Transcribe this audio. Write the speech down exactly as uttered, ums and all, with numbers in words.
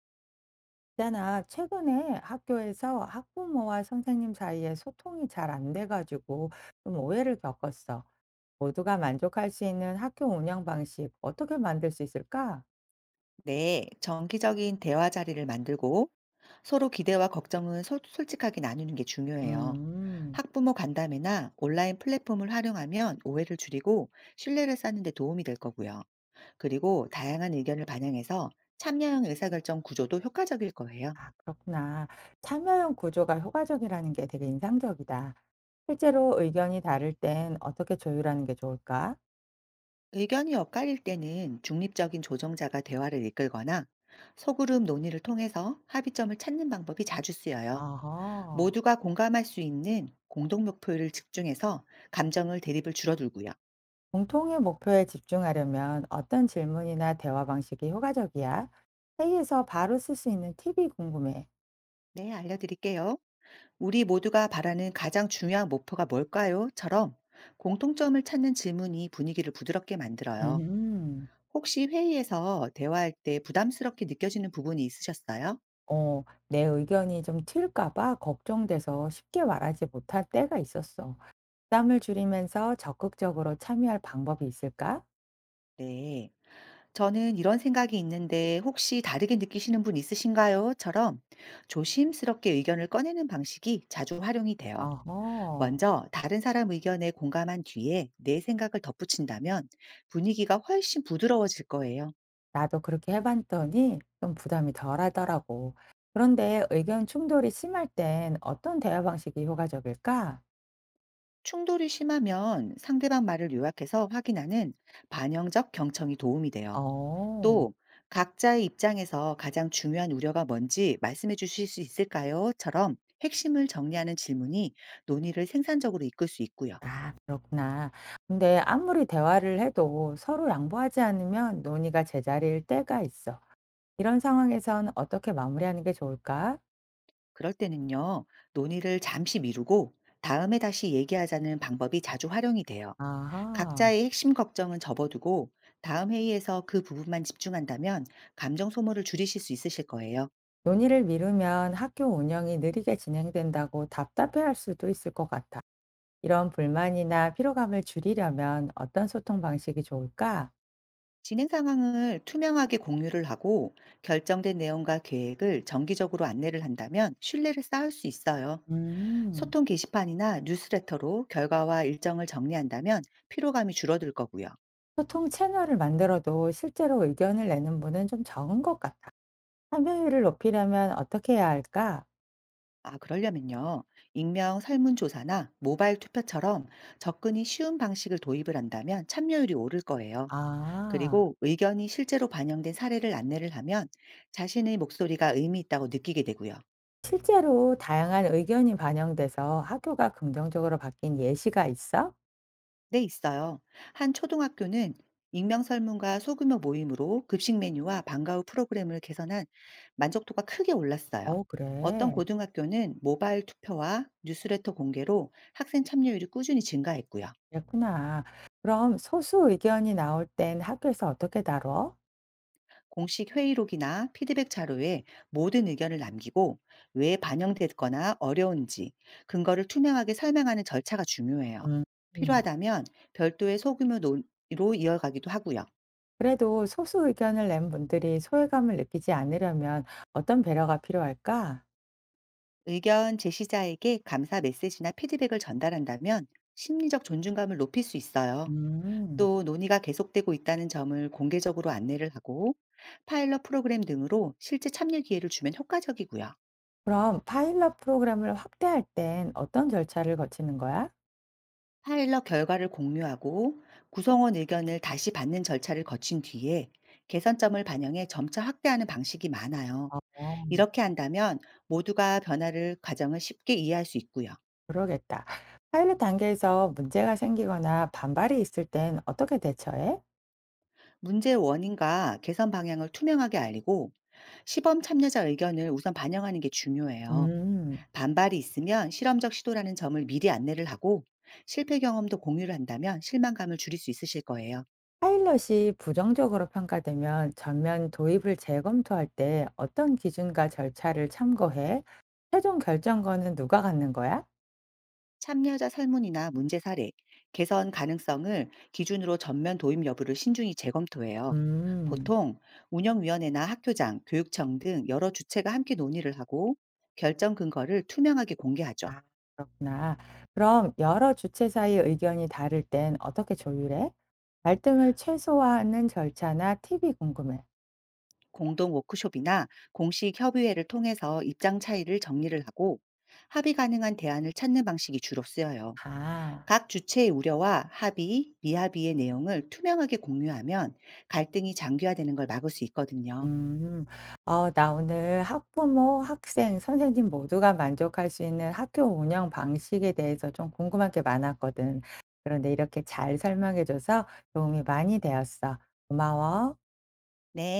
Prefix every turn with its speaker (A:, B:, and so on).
A: 있잖아, 최근에 학교에서 학부모와 선생님 사이에 소통이 잘 안 돼가지고 좀 오해를 겪었어. 모두가 만족할 수 있는 학교 운영 방식 어떻게 만들 수 있을까?
B: 네, 정기적인 대화 자리를 만들고 서로 기대와 걱정은 솔- 솔직하게 나누는 게 중요해요.
A: 음,
B: 학부모 간담회나 온라인 플랫폼을 활용하면 오해를 줄이고 신뢰를 쌓는 데 도움이 될 거고요. 그리고 다양한 의견을 반영해서 참여형 의사결정 구조도 효과적일 거예요.
A: 아, 그렇구나. 참여형 구조가 효과적이라는 게 되게 인상적이다. 실제로 의견이 다를 땐 어떻게 조율하는 게 좋을까?
B: 의견이 엇갈릴 때는 중립적인 조정자가 대화를 이끌거나 소그룹 논의를 통해서 합의점을 찾는 방법이 자주 쓰여요.
A: 아하.
B: 모두가 공감할 수 있는 공동 목표를 집중해서 감정을 대립을 줄어들고요.
A: 공통의 목표에 집중하려면 어떤 질문이나 대화 방식이 효과적이야? 회의에서 바로 쓸 수 있는 팁이 궁금해.
B: 네, 알려드릴게요. 우리 모두가 바라는 가장 중요한 목표가 뭘까요? 처럼 공통점을 찾는 질문이 분위기를 부드럽게 만들어요.
A: 음,
B: 혹시 회의에서 대화할 때 부담스럽게 느껴지는 부분이 있으셨어요?
A: 어, 내 의견이 좀 튈까 봐 걱정돼서 쉽게 말하지 못할 때가 있었어. 부담을 줄이면서 적극적으로 참여할 방법이 있을까?
B: 네. 저는 이런 생각이 있는데 혹시 다르게 느끼시는 분 있으신가요? 처럼 조심스럽게 의견을 꺼내는 방식이 자주 활용이 돼요.
A: 어허,
B: 먼저 다른 사람 의견에 공감한 뒤에 내 생각을 덧붙인다면 분위기가 훨씬 부드러워질 거예요.
A: 나도 그렇게 해봤더니 좀 부담이 덜하더라고. 그런데 의견 충돌이 심할 땐 어떤 대화 방식이 효과적일까?
B: 충돌이 심하면 상대방 말을 요약해서 확인하는 반영적 경청이 도움이 돼요.
A: 어.
B: 또 각자의 입장에서 가장 중요한 우려가 뭔지 말씀해 주실 수 있을까요?처럼 핵심을 정리하는 질문이 논의를 생산적으로 이끌 수 있고요.
A: 아 그렇구나. 근데 아무리 대화를 해도 서로 양보하지 않으면 논의가 제자리일 때가 있어. 이런 상황에선 어떻게 마무리하는 게 좋을까?
B: 그럴 때는요, 논의를 잠시 미루고 다음에 다시 얘기하자는 방법이 자주 활용이 돼요.
A: 아하.
B: 각자의 핵심 걱정은 접어두고 다음 회의에서 그 부분만 집중한다면 감정 소모를 줄이실 수 있으실 거예요.
A: 논의를 미루면 학교 운영이 느리게 진행된다고 답답해할 수도 있을 것 같아. 이런 불만이나 피로감을 줄이려면 어떤 소통 방식이 좋을까?
B: 진행 상황을 투명하게 공유를 하고 결정된 내용과 계획을 정기적으로 안내를 한다면 신뢰를 쌓을 수 있어요.
A: 음.
B: 소통 게시판이나 뉴스레터로 결과와 일정을 정리한다면 피로감이 줄어들 거고요.
A: 소통 채널을 만들어도 실제로 의견을 내는 분은 좀 적은 것 같아. 참여율을 높이려면 어떻게 해야 할까?
B: 아, 그러려면요. 익명 설문조사나 모바일 투표처럼 접근이 쉬운 방식을 도입을 한다면 참여율이 오를 거예요.
A: 아.
B: 그리고 의견이 실제로 반영된 사례를 안내를 하면 자신의 목소리가 의미 있다고 느끼게 되고요.
A: 실제로 다양한 의견이 반영돼서 학교가 긍정적으로 바뀐 예시가 있어?
B: 네, 있어요. 한 초등학교는 익명 설문과 소규모 모임으로 급식 메뉴와 방과 후 프로그램을 개선한 만족도가 크게 올랐어요.
A: 어,
B: 어떤
A: 그래.
B: 고등학교는 모바일 투표와 뉴스레터 공개로 학생 참여율이 꾸준히 증가했고요.
A: 그랬구나. 그럼 소수 의견이 나올 땐 학교에서 어떻게 다뤄?
B: 공식 회의록이나 피드백 자료에 모든 의견을 남기고 왜 반영됐거나 어려운지 근거를 투명하게 설명하는 절차가 중요해요.
A: 음. 음.
B: 필요하다면 별도의 소규모 논의로 이어가기도 하고요.
A: 그래도 소수 의견을 낸 분들이 소외감을 느끼지 않으려면 어떤 배려가 필요할까?
B: 의견 제시자에게 감사 메시지나 피드백을 전달한다면 심리적 존중감을 높일 수 있어요.
A: 음.
B: 또 논의가 계속되고 있다는 점을 공개적으로 안내를 하고 파일럿 프로그램 등으로 실제 참여 기회를 주면 효과적이고요.
A: 그럼 파일럿 프로그램을 확대할 땐 어떤 절차를 거치는 거야?
B: 파일럿 결과를 공유하고 구성원 의견을 다시 받는 절차를 거친 뒤에 개선점을 반영해 점차 확대하는 방식이 많아요.
A: 어,
B: 이렇게 한다면 모두가 변화를 과정을 쉽게 이해할 수 있고요.
A: 그러겠다. 파일럿 단계에서 문제가 생기거나 반발이 있을 땐 어떻게 대처해?
B: 문제의 원인과 개선 방향을 투명하게 알리고 시범 참여자 의견을 우선 반영하는 게 중요해요.
A: 음.
B: 반발이 있으면 실험적 시도라는 점을 미리 안내를 하고 실패 경험도 공유를 한다면 실망감을 줄일 수 있으실 거예요.
A: 파일럿이 부정적으로 평가되면 전면 도입을 재검토할 때 어떤 기준과 절차를 참고해? 최종 결정권은 누가 갖는 거야?
B: 참여자 설문이나 문제 사례, 개선 가능성을 기준으로 전면 도입 여부를 신중히 재검토해요.
A: 음.
B: 보통 운영위원회나 학교장, 교육청 등 여러 주체가 함께 논의를 하고 결정 근거를 투명하게 공개하죠.
A: 아, 그렇구나. 그럼 여러 주체 사이 의견이 다를 땐 어떻게 조율해? 갈등을 최소화하는 절차나 팁이 궁금해.
B: 공동 워크숍이나 공식 협의회를 통해서 입장 차이를 정리를 하고 합의 가능한 대안을 찾는 방식이 주로 쓰여요.
A: 아.
B: 각 주체의 우려와 합의, 미합의의 내용을 투명하게 공유하면 갈등이 장기화되는 걸 막을 수 있거든요.
A: 음. 어, 나 오늘 학부모, 학생, 선생님 모두가 만족할 수 있는 학교 운영 방식에 대해서 좀 궁금한 게 많았거든. 그런데 이렇게 잘 설명해줘서 도움이 많이 되었어. 고마워.
B: 네,